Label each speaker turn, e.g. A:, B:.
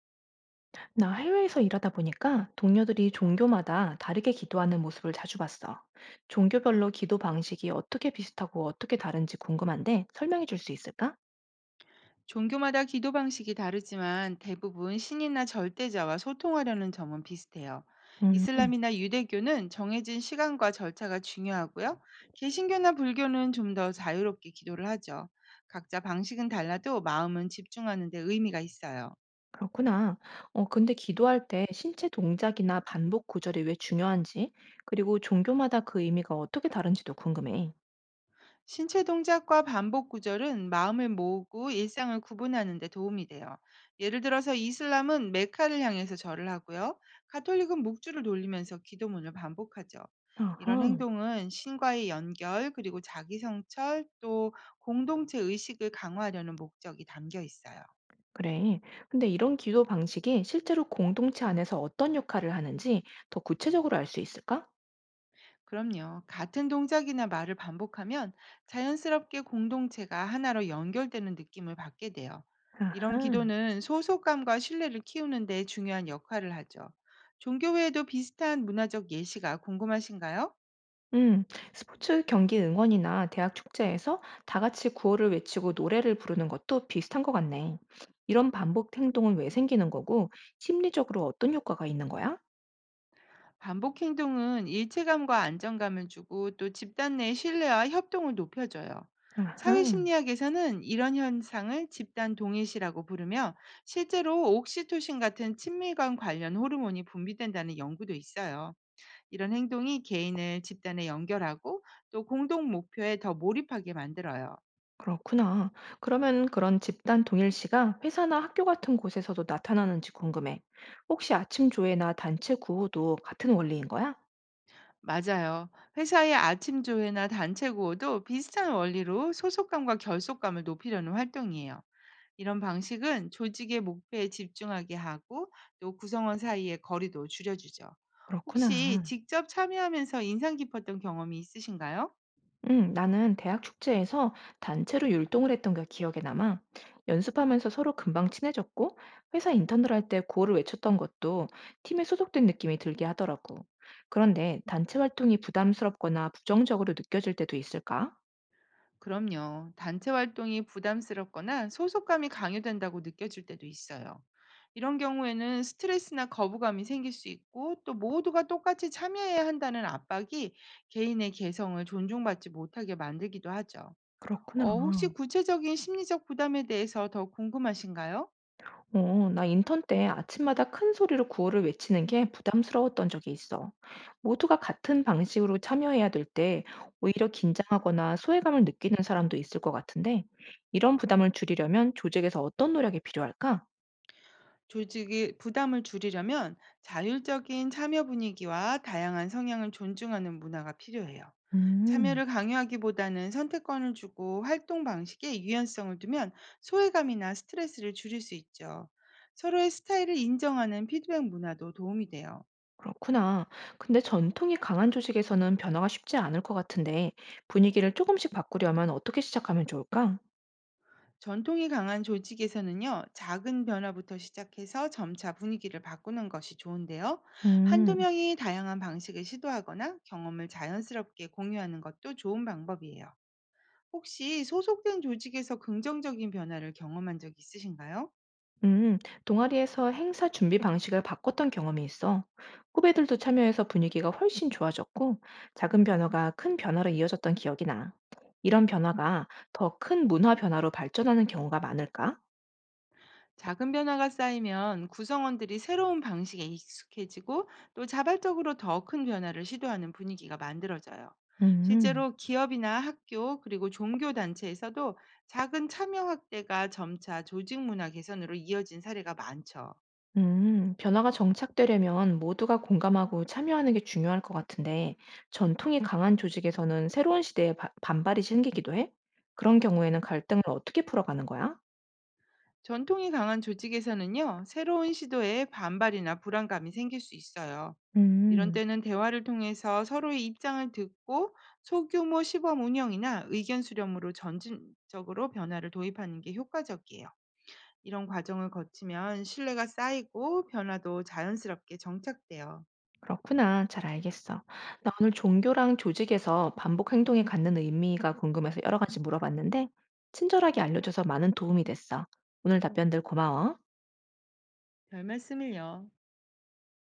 A: 나 해외에서 일하다 보니까 동료들이 종교마다 다르게 기도하는 모습을 자주 봤어. 종교별로 기도 방식이 어떻게 비슷하고 어떻게 다른지 궁금한데 설명해 줄 수 있을까?
B: 종교마다 기도 방식이 다르지만 대부분 신이나 절대자와 소통하려는 점은 비슷해요.
A: 음,
B: 이슬람이나 유대교는 정해진 시간과 절차가 중요하고요. 개신교나 불교는 좀 더 자유롭게 기도를 하죠. 각자 방식은 달라도 마음은 집중하는 데 의미가 있어요.
A: 그렇구나. 근데 기도할 때 신체 동작이나 반복 구절이 왜 중요한지, 그리고 종교마다 그 의미가 어떻게 다른지도 궁금해.
B: 신체 동작과 반복 구절은 마음을 모으고 일상을 구분하는 데 도움이 돼요. 예를 들어서 이슬람은 메카를 향해서 절을 하고요. 가톨릭은 묵주를 돌리면서 기도문을 반복하죠. 이런
A: 아하,
B: 행동은 신과의 연결, 그리고 자기 성찰, 또 공동체 의식을 강화하려는 목적이 담겨 있어요.
A: 그래. 근데 이런 기도 방식이 실제로 공동체 안에서 어떤 역할을 하는지 더 구체적으로 알 수 있을까?
B: 그럼요. 같은 동작이나 말을 반복하면 자연스럽게 공동체가 하나로 연결되는 느낌을 받게 돼요. 이런
A: 아하.
B: 기도는 소속감과 신뢰를 키우는 데 중요한 역할을 하죠. 종교 외에도 비슷한 문화적 예시가 궁금하신가요?
A: 음, 스포츠 경기 응원이나 대학 축제에서 다 같이 구호를 외치고 노래를 부르는 것도 비슷한 것 같네. 이런 반복 행동은 왜 생기는 거고, 심리적으로 어떤 효과가 있는 거야?
B: 반복 행동은 일체감과 안정감을 주고 또 집단 내 신뢰와 협동을 높여줘요. 사회
A: 아하,
B: 심리학에서는 이런 현상을 집단 동일시라고 부르며 실제로 옥시토신 같은 친밀감 관련 호르몬이 분비된다는 연구도 있어요. 이런 행동이 개인을 집단에 연결하고 또 공동 목표에 더 몰입하게 만들어요.
A: 그렇구나. 그러면 그런 집단 동일시가 회사나 학교 같은 곳에서도 나타나는지 궁금해. 혹시 아침 조회나 단체 구호도 같은 원리인 거야?
B: 맞아요. 회사의 아침 조회나 단체 구호도 비슷한 원리로 소속감과 결속감을 높이려는 활동이에요. 이런 방식은 조직의 목표에 집중하게 하고 또 구성원 사이의 거리도 줄여주죠. 혹시
A: 그렇구나.
B: 직접 참여하면서 인상 깊었던 경험이 있으신가요?
A: 나는 대학 축제에서 단체로 율동을 했던 게 기억에 남아. 연습하면서 서로 금방 친해졌고, 회사 인턴들 할 때 구호를 외쳤던 것도 팀에 소속된 느낌이 들게 하더라고. 그런데 단체 활동이 부담스럽거나 부정적으로 느껴질 때도 있을까?
B: 그럼요. 단체 활동이 부담스럽거나 소속감이 강요된다고 느껴질 때도 있어요. 이런 경우에는 스트레스나 거부감이 생길 수 있고 또 모두가 똑같이 참여해야 한다는 압박이 개인의 개성을 존중받지 못하게 만들기도 하죠.
A: 그렇구나.
B: 혹시 구체적인 심리적 부담에 대해서 더 궁금하신가요?
A: 나 인턴 때 아침마다 큰 소리로 구호를 외치는 게 부담스러웠던 적이 있어. 모두가 같은 방식으로 참여해야 될 때 오히려 긴장하거나 소외감을 느끼는 사람도 있을 것 같은데, 이런 부담을 줄이려면 조직에서 어떤 노력이 필요할까?
B: 조직의 부담을 줄이려면 자율적인 참여 분위기와 다양한 성향을 존중하는 문화가 필요해요.
A: 음,
B: 참여를 강요하기보다는 선택권을 주고 활동 방식에 유연성을 두면 소외감이나 스트레스를 줄일 수 있죠. 서로의 스타일을 인정하는 피드백 문화도 도움이 돼요.
A: 그렇구나. 근데 전통이 강한 조직에서는 변화가 쉽지 않을 것 같은데, 분위기를 조금씩 바꾸려면 어떻게 시작하면 좋을까?
B: 전통이 강한 조직에서는요, 작은 변화부터 시작해서 점차 분위기를 바꾸는 것이 좋은데요. 한두
A: 음.
B: 명이 다양한 방식을 시도하거나 경험을 자연스럽게 공유하는 것도 좋은 방법이에요. 혹시 소속된 조직에서 긍정적인 변화를 경험한 적 있으신가요?
A: 음, 동아리에서 행사 준비 방식을 바꿨던 경험이 있어. 후배들도 참여해서 분위기가 훨씬 좋아졌고, 작은 변화가 큰 변화로 이어졌던 기억이 나. 이런 변화가 더 큰 문화 변화로 발전하는 경우가 많을까?
B: 작은 변화가 쌓이면 구성원들이 새로운 방식에 익숙해지고 또 자발적으로 더 큰 변화를 시도하는 분위기가 만들어져요.
A: 음,
B: 실제로 기업이나 학교 그리고 종교 단체에서도 작은 참여 확대가 점차 조직 문화 개선으로 이어진 사례가 많죠.
A: 변화가 정착되려면 모두가 공감하고 참여하는 게 중요할 것 같은데, 전통이 강한 조직에서는 새로운 시대에 반발이 생기기도 해? 그런 경우에는 갈등을 어떻게 풀어가는 거야?
B: 전통이 강한 조직에서는요, 새로운 시도에 반발이나 불안감이 생길 수 있어요. 이런
A: 음.
B: 때는 대화를 통해서 서로의 입장을 듣고 소규모 시범 운영이나 의견 수렴으로 점진적으로 변화를 도입하는 게 효과적이에요. 이런 과정을 거치면 신뢰가 쌓이고 변화도 자연스럽게 정착돼요.
A: 그렇구나. 잘 알겠어. 나 오늘 종교랑 조직에서 반복 행동에 갖는 의미가 궁금해서 여러 가지 물어봤는데, 친절하게 알려줘서 많은 도움이 됐어. 오늘 답변들 고마워.
B: 별 말씀을요.